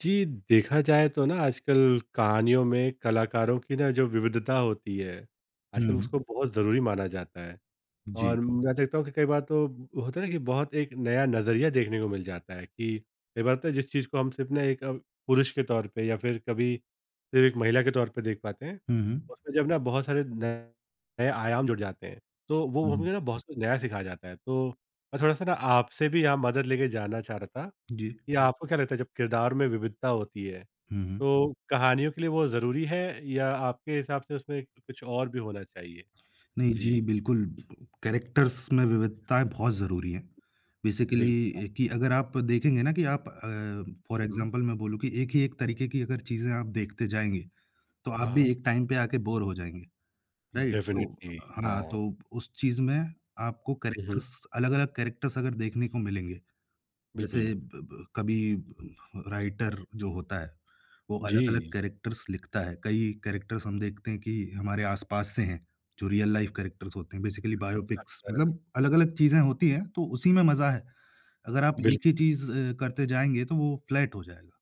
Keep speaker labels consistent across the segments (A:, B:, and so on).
A: जी, देखा जाए तो ना आजकल कहानियों में कलाकारों की ना जो विविधता होती है,
B: हुँ,
A: आजकल
B: हुँ।
A: उसको बहुत ज़रूरी माना जाता है।
B: जी।
A: और मैं देखता हूँ कि कई बार तो होता है ना कि बहुत एक नया नज़रिया देखने को मिल जाता है कि कई बार तो जिस चीज़ को हम सिर्फ़ ना एक पुरुष के तौर पे या फिर कभी सिर्फ़ एक महिला के तौर पे देख पाते हैं,
B: हुँ, हुँ।
A: उसमें जब ना बहुत सारे नए नए आयाम जुड़ जाते हैं, तो वो
B: हुँ, हुँ।
A: हमें ना बहुत कुछ नया सिखाया जाता है। तो मैं थोड़ा-सा ना आपसे भी यहाँ मदद लेके जानना चाह रहा था
B: जी।
A: या आपको क्या लगता है जब किरदार में विविधता होती है,
B: हुँ, हुँ।
A: तो कहानियों के लिए वो ज़रूरी है या आपके हिसाब से उसमें कुछ और भी होना चाहिए?
B: नहीं जी,
A: जी,
B: बिल्कुल कैरेक्टर्स में विविधताएँ बहुत ज़रूरी हैं।
A: बिल्कुल।
B: बेसिकली कि अगर आप देखेंगे ना कि आप फॉर
A: हुँ।
B: एग्ज़ाम्पल मैं बोलूँ कि एक ही एक तरीके की अगर चीज़ें आप देखते जाएँगे, तो आप
A: हाँ,
B: भी
A: हाँ।
B: एक टाइम पे आके बोर हो जाएँगे, राइट? तो
A: डेफ़िनिटली
B: हाँ,
A: हाँ।
B: तो उस चीज़ में आपको
A: हुँ, हुँ।
B: कैरेक्टर्स अलग-अलग कैरेक्टर्स अगर देखने को मिलेंगे
A: बिल्कुल।
B: जैसे ब ब कभी राइटर जो होता है, वो अलग-अलग
A: जी,
B: कैरेक्टर्स लिखता है। कई कैरेक्टर्स हम देखते हैं कि हमारे आस-पास से हैं, जो रियल लाइफ कैरेक्टर्स होते हैं, बेसिकली बायोपिक्स
A: अक्सर
B: मतलब अलग-अलग चीज़ें होती हैं, तो उसी में मज़ा है। अगर आप एक ही
A: बिल्कुल।
B: चीज़ करते जाएँगे तो वो फ्लैट हो जाएगा।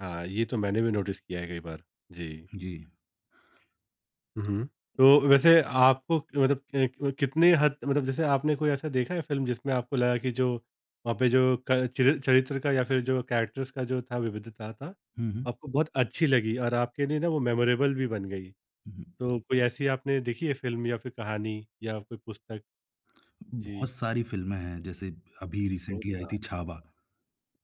A: हाँ, ये तो मैंने भी नोटिस किया है कई बार। जी।
B: जी।
A: हुँ। तो वैसे आपको मतलब अ, क कितने हद मतलब जैसे आपने कोई ऐसा देखा है फ़िल्म जिसमें आपको लगा कि जो वहाँ पे जो क चिर चरित्र का या फिर जो कैरेक्टर्स का जो था विविधता था,
B: हुँ, हुँ।
A: आपको बहुत अच्छी लगी और आपके लिए ना वो मेमोरेबल भी बन गई?
B: हुँ, हुँ।
A: तो कोई ऐसी आपने देखी है फ़िल्म या फिर कहानी या कोई पुस्तक?
B: बहुत
A: जी।
B: सारी फ़िल्में हैं, जैसे अभी
A: ओह
B: रिसेंटली आई
A: वाह!
B: थी छावा,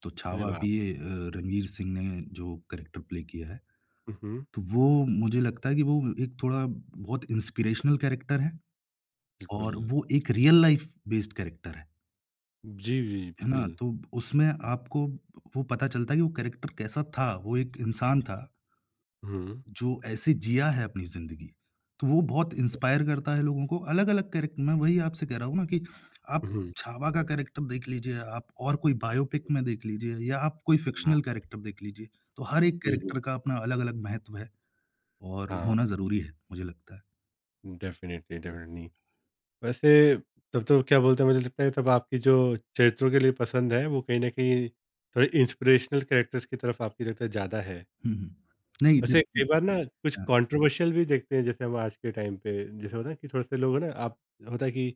B: तो
A: अरे
B: छावा
A: वाह!
B: भी रणवीर सिंह ने जो कैरेक्टर प्ले किया है
A: हुँ, हुँ।
B: तो वो मुझे लगता है कि वो एक थोड़ा बहुत इंस्पिरेशनल कैरेक्टर है और
A: बिल्कुल।
B: वो एक रियल लाइफ बेस्ड कैरेक्टर
A: जी, जी,
B: है ना?
A: बिल्कुल।
B: तो उसमें आपको वो पता चलता है कि वो कैरेक्टर कैसा था, वो एक इंसान था
A: हुँ।
B: जो ऐसे जिया है अपनी ज़िंदगी। तो वो बहुत इंस्पायर करता है लोगों को अलग-अलग कैरेक्टर मैं वही आपसे कह रहा हूँ ना कि आप
A: हुँ।
B: छावा का कैरेक्टर देख लीजिए, आप और कोई बायोपिक में देख लीजिए या आप कोई
A: हाँ,
B: फ़िक्शनल कैरेक्टर देख लीजिए। तो हर एक
A: बिल्कुल।
B: कैरेक्टर का अपना अलग-अलग महत्व है और
A: हाँ,
B: होना ज़रूरी है, मुझे लगता है।
A: Definitely, definitely. वैसे तब तो क्या बोलते हैं मुझे लगता है तब आपकी जो चरित्रों के लिए पसंद है वो कहीं न कहीं थोड़े इंस्पिरेशनल कैरेक्टर्स की तरफ आपकी लगता है ज़्यादा है।
B: हुँ, हुँ। नहीं डिप
A: वैसे कई बार ना कुछ
B: हाँ।
A: कंट्रोवर्शियल भी देखते हैं जैसे हम आज के टाइम पे जैसे होता है कि थोड़े से लोग हैं ना आप होता है कि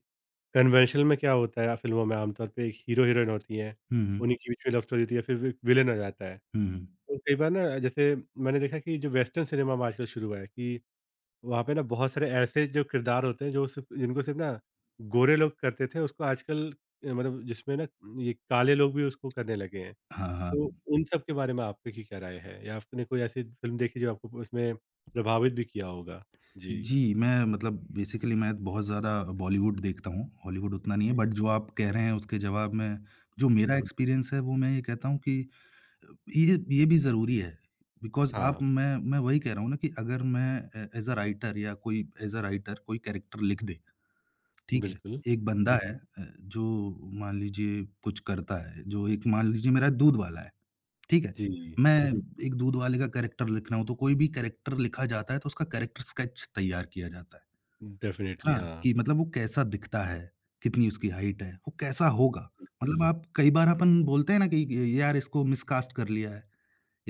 A: कन्वेंशनल में क्या होता है फ़िल्मों में आमतौर पे एक हीरो-हीरोइन होती हैं,
B: हुँ, हुँ।
A: उन्हीं के बीच में लव स्टोरी होती है या फिर विलेन हो जाता है।
B: हुँ, हुँ।
A: तो कई बार ना जैसे मैंने देखा कि जो वेस्टर्न सिनेमा में आजकल शुरू हुआ है कि वहाँ पे ना बहुत सारे ऐसे जो किरदार होते हैं जो सिर्फ जिनको सिर्फ ना गोरे लोग करते थे उसको आजकल मतलब जिसमें ना ये काले लोग भी उसको करने लगे हैं।
B: हाँ,
A: तो
B: हाँ।
A: उन सब के बारे में आपकी की क्या राय है? या आपने कोई ऐसी फ़िल्म देखी जो आपको उसमें प्रभावित भी किया होगा? जी।
B: जी, मैं मतलब बेसिकली मैं बहुत ज़्यादा बॉलीवुड देखता हूँ, हॉलीवुड उतना नहीं है
A: जी,
B: बट जो
A: जी।
B: आप कह रहे हैं उसके जवाब में जो मेरा
A: हुँ, हुँ।
B: एक्सपीरियंस है वो मैं ये कहता हूँ कि ये भी ज़रूरी है बिकॉज़
A: हाँ,
B: आप मैं वही कह रहा हूँ ना कि अगर मैं ए एज़ अ राइटर या कोई एज़ अ राइटर कोई कैरेक्टर लिख दे, ठीक है?
A: बिल्कुल।
B: एक बंदा
A: हुँ,
B: है
A: हुँ।
B: जो मान लीजिए कुछ करता है, जो एक मान लीजिए मेरा दूध वाला है। ठीक है?
A: जी।
B: मैं
A: हुँ, हुँ।
B: एक दूध वाले का कैरेक्टर लिख रहा हूँ, तो कोई भी कैरेक्टर लिखा जाता है, तो उसका कैरेक्टर स्केच तैयार किया जाता है।
A: डेफ़िनिटली
B: हाँ,
A: हाँ,
B: कि मतलब वो कैसा दिखता है, कितनी उसकी हाइट है, वो कैसा होगा। मतलब
A: बिल्कुल।
B: आप कई बार अपन बोलते हैं ना कि य यार इसको मिसकास्ट कर लिया है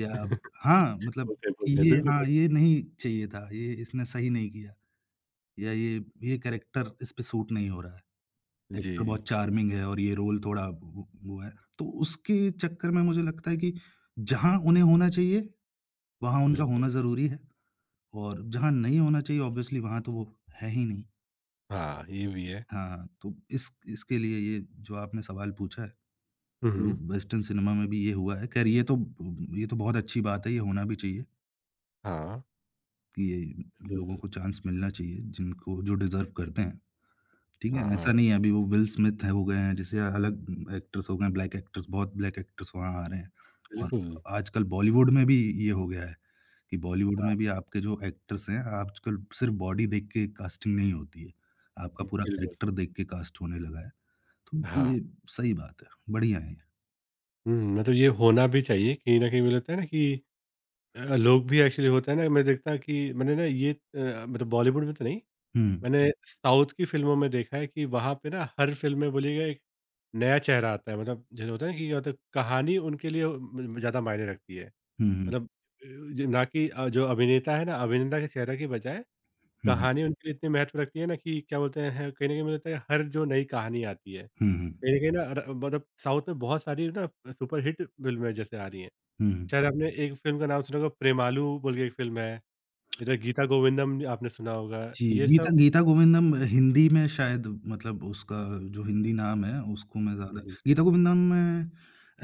B: या हाँ, मतलब कि
A: बोलते हैं,
B: ये
A: बिल्कुल।
B: हाँ, ये नहीं चाहिए था, ये इसने सही नहीं किया या ये कैरेक्टर इस पे सूट नहीं हो रहा है। एक्टर
A: जी,
B: बहुत चार्मिंग है और ये रोल थोड़ा वो है। तो उसके चक्कर में मुझे लगता है कि जहाँ उन्हें होना चाहिए वहाँ उनका
A: बिल्कुल।
B: होना ज़रूरी है और जहाँ नहीं होना चाहिए ऑब्वियसली वहाँ तो वो है ही नहीं।
A: हाँ, ये भी है।
B: हाँ, तो इस इसके लिए ये जो आपने सवाल पूछा है,
A: हुँ,
B: जो
A: हुँ।
B: वेस्टर्न सिनेमा में भी ये हुआ है। ख़ैर ये तो बहुत अच्छी बात है, ये होना भी चाहिए
A: हाँ,
B: कि ये लोगों
A: बिल्कुल।
B: को चांस मिलना चाहिए जिनको जो डिज़र्व करते हैं। ठीक
A: हाँ,
B: है?
A: हाँ,
B: ऐसा नहीं है अभी वो विल स्मिथ है हो गए हैं, जैसे अलग एक्टर्स हो गए हैं, ब्लैक एक्टर्स बहुत ब्लैक एक्टर्स वहाँ आ रहे हैं और
A: बिल्कुल।
B: आजकल बॉलीवुड में भी ये हो गया है। कि बॉलीवुड
A: हाँ,
B: में भी आपके जो एक्टर्स हैं, आजकल सिर्फ़ बॉडी देख के कास्टिंग नहीं होती है। आपका पूरा
A: बिल्कुल।
B: कैरेक्टर देख के कास्ट होने लगा है। तो
A: हाँ।
B: ये सही बात है, बढ़िया है ये।
A: हुँ, मतलब ये होना भी चाहिए कहीं न कहीं मुझे लगता है ना कि लोग भी एक्चुअली होता है ना मैं देखता हूँ कि मैंने ना ये मतलब बॉलीवुड में तो नहीं,
B: हुँ,
A: मैंने साउथ की फ़िल्मों में देखा है कि वहाँ पे ना हर फ़िल्म में बोलिएगा एक नया चेहरा आता है मतलब जैसे होता है ना कि मतलब कहानी उनके लिए म ज़्यादा मायने रखती है।
B: हुँ, हुँ,
A: मतलब जो- ना कि जो अभिनेता है ना अभिनेता के चेहरे के बजाय
B: हुँ,
A: कहानी उनके लिए इतनी महत्व रखती है ना कि क्या बोलते हैं कहीं न कहीं मुझे लगता है हर जो नई कहानी आती है
B: हुँ, हुँ,
A: कहीं न कहीं ना अर मतलब साउथ में बहुत सारी ना सुपरहिट फ़िल्में जैसे आ रही हैं।
B: हुँ, हुँ।
A: शायद आपने एक फ़िल्म का नाम सुना होगा प्रेमालू बोल के एक फ़िल्म है, इधर गीता गोविंदम आपने सुना होगा।
B: जी,
A: ये सब
B: गीता गीता गोविंदम हिंदी में शायद मतलब उसका जो हिंदी नाम है, उसको मैं ज़्यादा
A: हुँ,
B: गीता गोविंदम में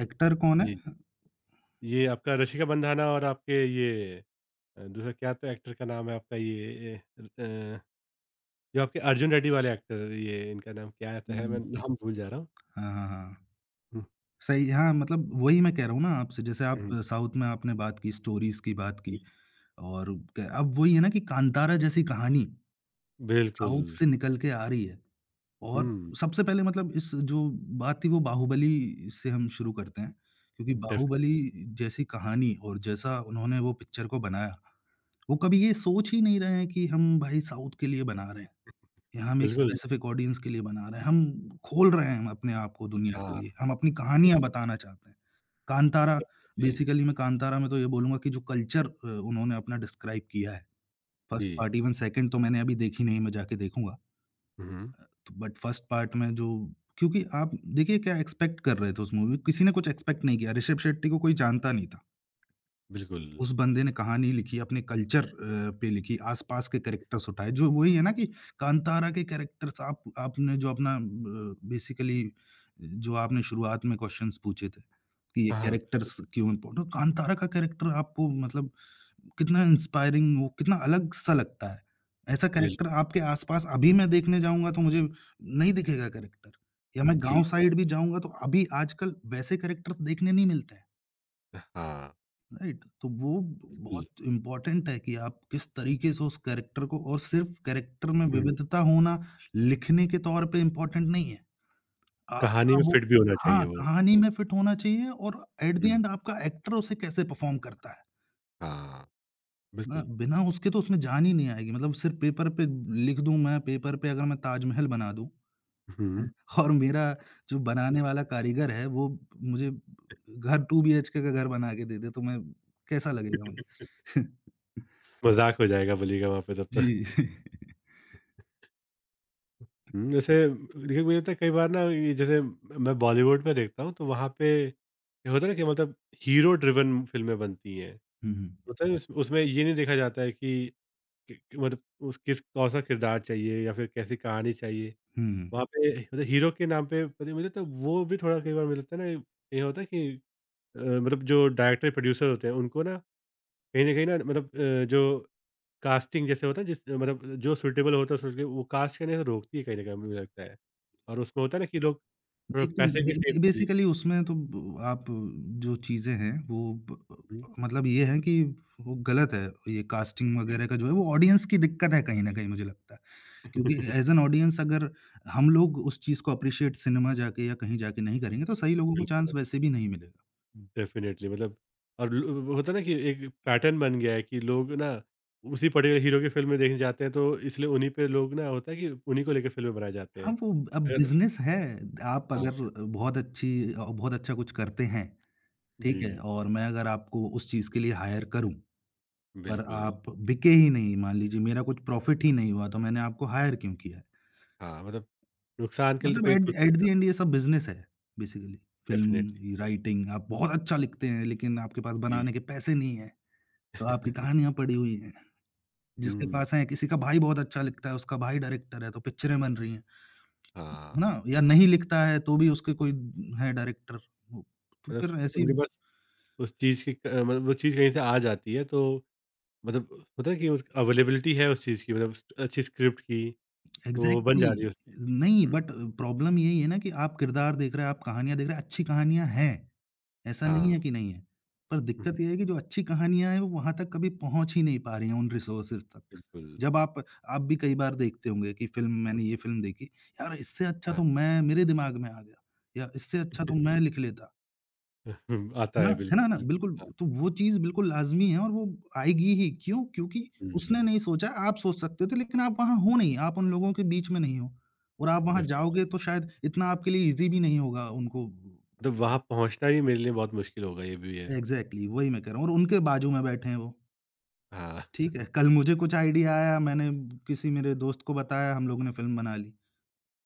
B: एक्टर कौन है?
A: जी। ये आपका रशिका बंधाना और आपके ये दूसरा क्या तो एक्टर का नाम है आपका ये ए, अ, जो आपके अर्जुन रेड्डी वाले एक्टर ये इनका नाम क्या तो है
B: हुँ,
A: मैं नाम भूल जा रहा हूँ।
B: हाँ, हाँ, हाँ।
A: हुँ,
B: सही हाँ, मतलब वही मैं कह रहा हूँ ना आपसे, जैसे आप
A: हुँ,
B: साउथ में आपने बात की, स्टोरीज़ की बात
A: जी,
B: की।
A: जी।
B: और क अब वही है ना कि कांतारा जैसी कहानी
A: बिल्कुल,
B: साउथ से निकल के आ रही है और
A: हुँ,
B: सबसे पहले मतलब इस जो बात थी वो बाहुबली से हम शुरू करते हैं, क्योंकि बाहुबली
A: डेफ़िनिटली
B: जैसी कहानी और जैसा उन्होंने वो पिक्चर को बनाया, वो कभी ये सोच ही नहीं रहे हैं कि हम भाई साउथ के लिए बना रहे हैं, या हम एक
A: बिल्कुल,
B: स्पेसिफिक ऑडियंस के लिए बना रहे हैं, हम खोल रहे हैं हम अपने आप को दुनिया के
A: हाँ,
B: लिए, हम अपनी कहानियाँ
A: बिल्कुल,
B: बताना चाहते हैं। कांतारा
A: डेफ़िनिटली
B: बेसिकली मैं कांतारा में तो ये बोलूँगा कि जो कल्चर उन्होंने अपना डिस्क्राइब किया है। फर्स्ट
A: जी,
B: पार्ट इवन सेकंड तो मैंने अभी देखी नहीं, मैं जाके देखूँगा।
A: हुँ, हुँ,
B: तो बट फर्स्ट पार्ट में जो क्योंकि आप देखिए क्या एक्सपेक्ट कर रहे थे उस मूवी किसी ने कुछ एक्सपेक्ट नहीं किया। ऋषभ शेट्टी को कोई जानता नहीं था।
A: बिल्कुल।
B: उस बंदे ने कहानी लिखी, अपने कल्चर पे लिखी, आस-पास के कैरेक्टर्स उठाए, जो वही है ना कि कांतारा के कैरेक्टर्स आप आपने जो अपना ब बेसिकली जो आपने शुरुआत में क्वेश्चन्स पूछे थे, कि ये
A: हाँ, हाँ,
B: कैरेक्टर्स क्यों इम्पोर्टेंट तो कांतारा का कैरेक्टर आपको मतलब कितना इंस्पायरिंग वो कितना अलग-सा लगता है। ऐसा
A: बिल
B: कैरेक्टर आपके आस-पास अभी मैं देखने जाऊँगा तो मुझे नहीं दिखेगा कैरेक्टर या मैं गाँव
A: जी,
B: साइड भी जाऊँगा तो अभी आजकल वैसे कैरेक्टर्स देखने नहीं मिलते हैं।
A: हाँ,
B: राइट, तो वो
A: बिल्कुल,
B: बहुत इम्पोर्टेंट है कि आप किस तरीके से उस कैरेक्टर को और सिर्फ़ कैरेक्टर में
A: हुँ,
B: विविधता होना लिखने के तौर पे इम्पोर्टेंट नहीं है।
A: कहानी
B: आपका
A: में
B: वो
A: फिट भी होना चाहिए
B: हाँ,
A: वो।
B: कहानी में फिट होना चाहिए और एट द
A: हुँ।
B: एंड आपका एक्टर उसे कैसे परफ़ॉर्म करता है।
A: हाँ,
B: ना
A: बिल्कुल,
B: बिना उसके तो उसमें जान ही नहीं आएगी। मतलब सिर्फ़ पेपर पे लिख दूँ मैं पेपर पे अगर मैं ताजमहल बना दूँ
A: हुँ।
B: और मेरा जो बनाने वाला कारीगर है वो मुझे घर 2 बीएचके का घर बना के दे दे, तो मैं कैसा लगेगा मुझे?
A: मज़ाक हो जाएगा बोलिएगा वहाँ पे तब तो।
B: जी।
A: हुँ, वैसे देखिए मुझे लगता है कई बार ना ये जैसे मैं बॉलीवुड में देखता हूँ तो वहाँ पे ये होता है ना कि मतलब हीरो ड्रिवन फ़िल्में बनती हैं।
B: हुँ, हुँ।
A: होता है ना, उस उसमें ये नहीं देखा जाता है कि मतलब उस किस कौन-सा किरदार चाहिए या फिर कैसी कहानी चाहिए।
B: हुँ।
A: वहाँ पे मतलब हीरो के नाम पे पता नहीं मुझे तो वो भी थोड़ा कई बार मुझे लगता है ना ये होता है कि मतलब जो डायरेक्टर प्रोड्यूसर होते हैं उनको ना कहीं न कहीं ना मतलब जो कास्टिंग जैसे होता है जिस मतलब जो सूटेबल होता है सोच के वो कास्ट करने से रोकती है कहीं न कहीं मुझे लगता है। और उसमें होता है ना कि लोग थोड़ा
B: देखते
A: पैसे
B: हैं
A: की
B: बे बे
A: सेफ्टी
B: बेसिकली उसमें तो ब आप जो चीज़ें हैं वो ब
A: हुँ,
B: मतलब ये है कि वो गलत है, ये कास्टिंग
A: जी।
B: वगैरह का जो है वो ऑडियंस की दिक्कत है कहीं न कहीं मुझे लगता है। क्योंकि ऐज़ एन ऑडियंस अगर हम लोग उस चीज़ को एप्रिशिएट सिनेमा जाके या कहीं जाके नहीं करेंगे तो सही लोगों को चांस
A: बिल्कुल,
B: वैसे भी नहीं मिलेगा।
A: डेफ़िनिटली मतलब और ल वो होता है ना कि एक पैटर्न बन गया है कि लोग ना उसी पर्टिकुलर हीरो की फ़िल्में देखने जाते हैं तो इसलिए उन्हीं पे लोग ना होता है कि उन्हीं को लेके फ़िल्में बनाए जाते हैं।
B: हाँ, वो अब
A: अगर
B: बिज़नेस है, आप
A: हाँ,
B: अगर बहुत अच्छी बहुत अच्छा कुछ करते हैं, ठीक है?
A: जी,
B: और मैं अगर आपको उस चीज़ के लिए हायर करूँ पर
A: बिल्कुल।
B: आप बिके ही नहीं, मान लीजिए मेरा कुछ प्रॉफ़िट ही नहीं हुआ, तो मैंने आपको हायर क्यों किया है?
A: हाँ, मतलब नुकसान के लिए तो
B: मतलब
A: कोई कुछ नहीं
B: एट द एंड
A: करता।
B: ये सब बिज़नेस है बेसिकली।
A: डेफ़िनेटली
B: फ़िल्म,
A: मतलब
B: राइटिंग आप बहुत अच्छा लिखते हैं, लेकिन आपके पास
A: जी।
B: बनाने के पैसे नहीं हैं, तो आपकी कहानियाँ पड़ी हुई हैं। जिसके
A: हुँ।
B: पास हैं, किसी का भाई बहुत अच्छा लिखता है, उसका भाई डायरेक्टर है, तो पिक्चरें बन रही हैं,
A: हाँ,
B: है ना? या नहीं लिखता है, तो भी उसके कोई है डायरेक्टर। वो तो
A: मतलब
B: फिर ऐसी
A: उनके पास उस चीज़ की क मतलब वो चीज़ कहीं से आ जाती है तो मतलब होता है कि उस अवेलेबिलिटी है उस चीज़ की मतलब स अच्छी स्क्रिप्ट की, तो बन
B: एग्ज़ैक्टली
A: जा रही है उसमें।
B: नहीं,
A: हुँ,
B: बट प्रॉब्लम यही है ना कि आप किरदार देख रहे हैं, आप कहानियाँ देख रहे हैं, अच्छी कहानियाँ हैं। ऐसा नहीं
A: हाँ।
B: है कि नहीं है। पर
A: हुँ, हुँ,
B: दिक्कत ये है कि जो अच्छी कहानियाँ हैं वो वहाँ तक कभी पहुँच ही नहीं पा रही हैं उन रिसोर्सेज़ तक।
A: बिल्कुल।
B: जब आप भी कई बार देखते होंगे कि फ़िल्म मैंने ये फ़िल्म देखी, यार इससे अच्छा तो
A: हाँ।
B: मैं मेरे दिमाग में आ गया या इससे अच्छा तो मैं लिख लेता।
A: हुँ, आता
B: है ना?
A: है
B: है ना,
A: बिल्कुल,
B: ना?
A: बिल्कुल।
B: बिल्कुल,
A: हाँ।
B: तो वो चीज़ बिल्कुल लाज़मी है और वो आएगी ही क्यों? क्योंकि
A: हुँ,
B: उसने
A: हुँ।
B: नहीं सोचा, आप सोच सकते थे लेकिन आप वहाँ हो नहीं, आप उन लोगों के बीच में नहीं हो और आप वहाँ
A: डेफ़िनेटली
B: जाओगे तो शायद इतना आपके लिए ईज़ी भी नहीं होगा उनको
A: मतलब वहाँ पहुँचना भी मेरे लिए बहुत मुश्किल होगा, ये भी है।
B: एग्ज़ैक्टली वही मैं कह रहा हूँ और उनके बाजू में बैठे हैं वो,
A: हाँ,
B: ठीक है? कल मुझे कुछ आइडिया आया, मैंने किसी मेरे दोस्त को बताया, हम लोगों ने फ़िल्म बना ली।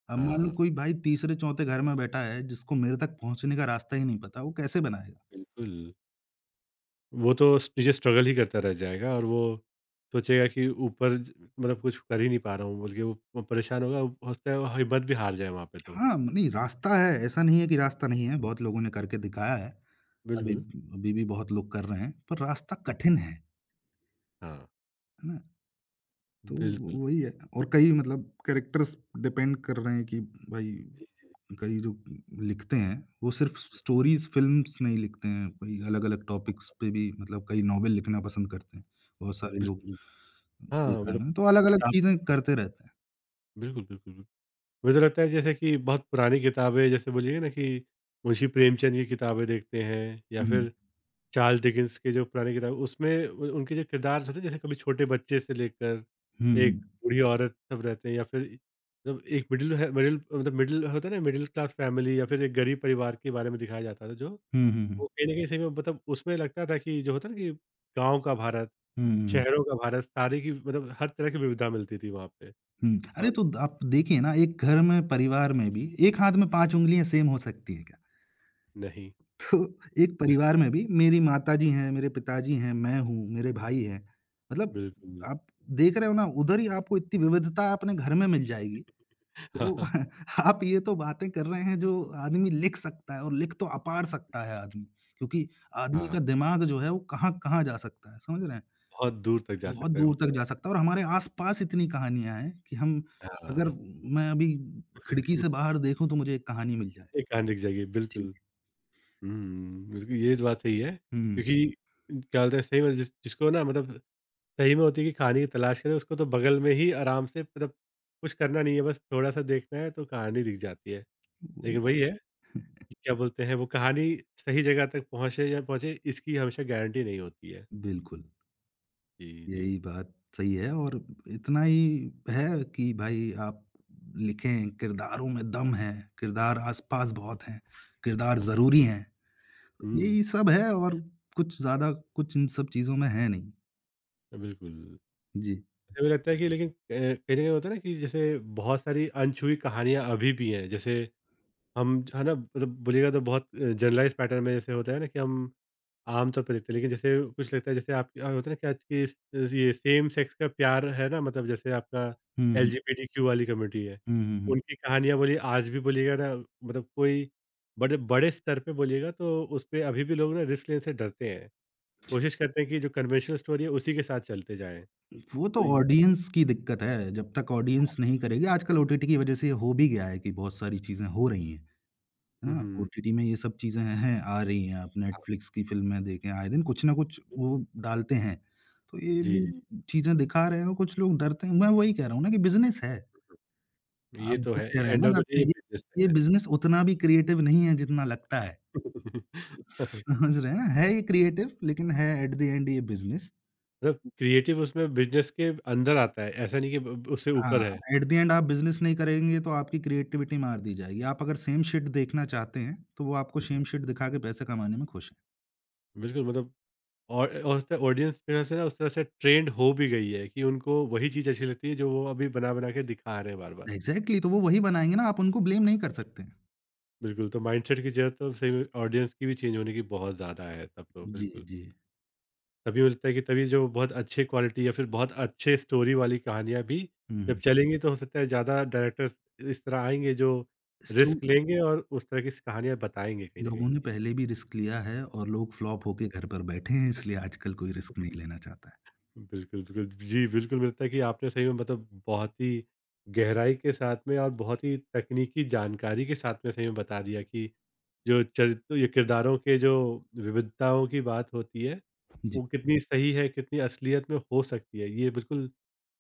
B: अब मान लो
A: हाँ।
B: कोई भाई तीसरे-चौथे घर में बैठा है, जिसको मेरे तक पहुँचने का रास्ता ही नहीं पता, वो कैसे बनाएगा?
A: बिल्कुल। वो तो स नीचे स्ट्रगल ही करता रह जाएगा और वो सोचेगा कि ऊपर ज मतलब कुछ कर ही नहीं पा रहा हूँ बोल के वो प परेशान होगा, हो सकता है वो हिम्मत भी हार जाए वहाँ पे तो।
B: हाँ, नहीं रास्ता है, ऐसा नहीं है कि रास्ता नहीं है,
A: हुँ।
B: बहुत लोगों ने करके दिखाया है। अभी
A: बिल्कुल।
B: अभी भी बहुत लोग कर रहे हैं, पर रास्ता
A: हुँ, हुँ।
B: कठिन
A: हाँ,
B: है ना? तो
A: बिल्कुल,
B: वही है और कई मतलब कैरेक्टर्स डिपेंड कर रहे हैं कि भाई कई जो लिखते हैं वो सिर्फ स्टोरीज़, फ़िल्म्स नहीं लिखते हैं, कई अलग-अलग टॉपिक्स पे भी मतलब कई नॉवेल लिखना पसंद करते हैं, बहुत सारे लोग
A: बिल्कुल। हाँ,
B: देखा है
A: मतलब
B: मैंने, तो अलग-अलग
A: किताब
B: चीज़ें करते रहते हैं।
A: बिल्कुल, बिल्कुल, बिल्कुल। मुझे तो लगता है जैसे कि बहुत पुरानी किताबें जैसे बोलिए ना कि मुंशी प्रेमचंद की किताबें देखते हैं या
B: हुँ,
A: फिर चार्ल्स डिकेंस की जो पुरानी किताब उसमें उ उनके जो किरदार होते हैं जैसे कभी छोटे बच्चे से लेकर
B: हुँ, हुँ।
A: एक बूढ़ी औरत सब रहते हैं या फिर मतलब एक मिडिल है मिडिल मतलब मिडिल होता है ना मिडिल क्लास फैमिली या फिर एक गरीब परिवार के बारे में दिखाया जाता था जो
B: हुँ, हुँ, हुँ।
A: वो कहीं न कहीं सही में मतलब उसमें लगता था कि जो होता है ना कि गाँव का भारत,
B: हुँ, हुँ,
A: शहरों का भारत सारी की मतलब हर तरह की विविधता मिलती थी वहाँ पे
B: हुँ। अरे,
A: और
B: तो आप देखिए ना एक घर में परिवार में भी एक हाथ में 5 उँगलियाँ सेम हो सकती हैं क्या?
A: नहीं,
B: तो एक परिवार में भी मेरी माताजी हैं, मेरे पिताजी हैं, मैं हूँ, मेरे भाई हैं। मतलब
A: बिल्कुल।
B: आप देख रहे हो ना, उधर ही आपको इतनी विविधता अपने घर में मिल जाएगी।
A: हाँ,
B: तो
A: हाँ।
B: आप ये तो बातें कर रहे हैं जो आदमी लिख सकता है और लिख तो अपार सकता है आदमी। क्योंकि आदमी
A: हाँ।
B: का दिमाग जो है वो कहाँ-कहाँ जा सकता है, समझ रहे हैं?
A: बहुत दूर तक जा
B: बहुत
A: सकता है वो
B: दूर तक
A: तो है।
B: जा सकता है और हमारे आस-पास इतनी कहानियाँ हैं कि हम अगर
A: हाँ।
B: मैं अभी खिड़की से बाहर देखूँ तो मुझे एक कहानी मिल जाए।
A: एक कहानी लिख जाएगी, बिल्कुल।
B: जी।
A: हुँ, बिल्कुल ये तो बात सही है
B: हुँ,
A: क्योंकि क्या बोलते हैं सही में जिस जिसको ना मतलब सही में होती है कि कहानी की तलाश करें उसको तो बगल में ही आराम से मतलब कुछ करना नहीं है बस थोड़ा-सा देखना है तो कहानी दिख जाती है।
B: वही
A: लेकिन वही है कि क्या बोलते हैं वो कहानी सही जगह तक पहुँचे या पहुँचे इसकी हमेशा गारंटी नहीं होती है।
B: बिल्कुल।
A: जी, जी।
B: यही बात सही है और इतना ही है कि भाई आप लिखें, किरदारों में दम है, किरदार आस-पास बहुत हैं, किरदार
A: वाह!
B: ज़रूरी हैं।
A: हुँ,
B: यही सब है और कुछ ज़्यादा कुछ इन सब चीज़ों में है नहीं।
A: बिल्कुल।
B: जी।
A: मुझे लगता है कि लेकिन कहीं न कहीं होता है ना कि जैसे बहुत सारी अनछुई कहानियाँ अभी भी हैं जैसे हम ज है ना मतलब बोलिएगा तो बहुत जनरलाइज़ पैटर्न में जैसे होता है ना कि हम आम तौर पे देखते हैं। लेकिन जैसे कुछ लगता है जैसे आप होता है ना कि आज की इस ये सेम सेक्स का प्यार है ना मतलब जैसे आपका
B: हुँ, हुँ।
A: एलजीबीटीक्यू वाली कम्युनिटी है।
B: हुँ, हुँ, हुँ।
A: उनकी कहानियाँ बोलिए आज भी बोलिएगा ना मतलब कोई बड़े बड़े स्तर पे बोलिएगा तो उसपे अभी भी लोग ना रिस्क लेने से डरते हैं। कोशिश करते हैं कि जो कन्वेंशनल स्टोरी है उसी के साथ चलते जाएँ।
B: वो तो
A: तो ये
B: ऑडियंस की दिक्कत है, जब तक ऑडियंस नहीं करेगी आजकल ओटीटी की वज़ह से ये हो भी गया है कि बहुत सारी चीज़ें हो रही हैं। है
A: हुँ,
B: ना?
A: हुँ।
B: ओटीटी में ये सब चीज़ें हैं आ रही हैं, आप नेटफ्लिक्स की फ़िल्में देखें, आए दिन कुछ ना कुछ वो
A: बिल्कुल।
B: डालते हैं। तो ये
A: जी,
B: भी
A: जी।
B: चीज़ें दिखा रहे हैं और कुछ लोग डरते हैं। मैं वही कह रहा हूँ ना कि बिज़नेस है।
A: ये
B: आप
A: तो
B: जो
A: है।
B: कह रहे हैं ना
A: एंड ऑफ द डे
B: डरते
A: ये
B: हैं,
A: बिज़नेस
B: ये
A: है।
B: बिज़नेस उतना भी क्रिएटिव नहीं है जितना लगता है। स समझ रहे हैं ना? है ये क्रिएटिव लेकिन है एट द एंड ये बिज़नेस।
A: मतलब क्रिएटिव उसमें बिज़नेस के अंदर आता है, ऐसा नहीं कि ब उससे
B: हाँ,
A: ऊपर है।
B: एट द एंड आप बिज़नेस नहीं करेंगे तो आपकी क्रिएटिविटी मार दी जाएगी। आप अगर सेम शिट देखना चाहते हैं, तो वो आपको सेम शिट दिखा के पैसे कमाने में खुश हैं।
A: बिल्कुल मतलब और उससे ऑडियंस की वजह से ना उस तरह से ट्रेंड हो भी गई है कि उनको वही चीज़ अच्छी लगती है जो वो अभी बना-बना के दिखा रहे हैं बार-बार।
B: एग्ज़ैक्टली तो वो वही बनाएँगे ना, आप उनको ब्लेम नहीं कर सकते।
A: बिल्कुल, तो माइंडसेट की ज़रूरत तो सही में ऑडियंस की भी चेंज होने की बहुत ज़्यादा है तब तो,
B: जी,
A: बिल्कुल।
B: जी।
A: तभी मुझे लगता है कि तभी जो बहुत अच्छे क्वालिटी या फिर बहुत अच्छे स्टोरी वाली कहानियाँ भी जब
B: हुँ।
A: चलेंगी तो हो सकता है ज़्यादा डायरेक्टर्स इस तरह आएँगे जो
B: सो
A: रिस्क लेंगे और उस तरह की स कहानियाँ बताएँगे कहीं न
B: लोगों
A: कहीं।
B: ने पहले भी रिस्क लिया है और लोग फ्लॉप होके घर पर बैठे हैं, इसलिए आजकल कोई रिस्क नहीं लेना चाहता है।
A: बिल्कुल, बिल्कुल। जी, बिल्कुल मिलता है कि आपने सही में मतलब बहुत ही गहराई के साथ में और बहुत ही तकनीकी जानकारी के साथ में सही में बता दिया कि जो चरित्र या किरदारों के जो विविधताओं की बात होती है,
B: जी,
A: वो कितनी सही है, कितनी असलियत में हो सकती है। ये बिल्कुल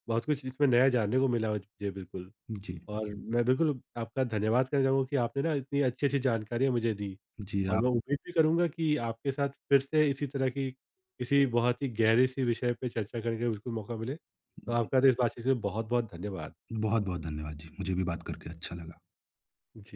A: बहुत कुछ इसमें नया जानने को मिला मुझे बिल्कुल।
B: जी।
A: और मैं बिल्कुल आपका धन्यवाद करना चाहूँगा कि आपने ना इतनी अच्छी-अच्छी जानकारियाँ मुझे दी।
B: जी,
A: और
B: आप
A: मैं उम्मीद भी करूँगा कि आपके साथ फिर से इसी तरह की किसी बहुत ही गहरे-सी विषय पे चर्चा करने का बिल्कुल मौका मिले। तो
B: जी,
A: आपका तो इस बातचीत के लिए बहुत-बहुत धन्यवाद।
B: बहुत-बहुत धन्यवाद जी। मुझे भी बात करके अच्छा लगा।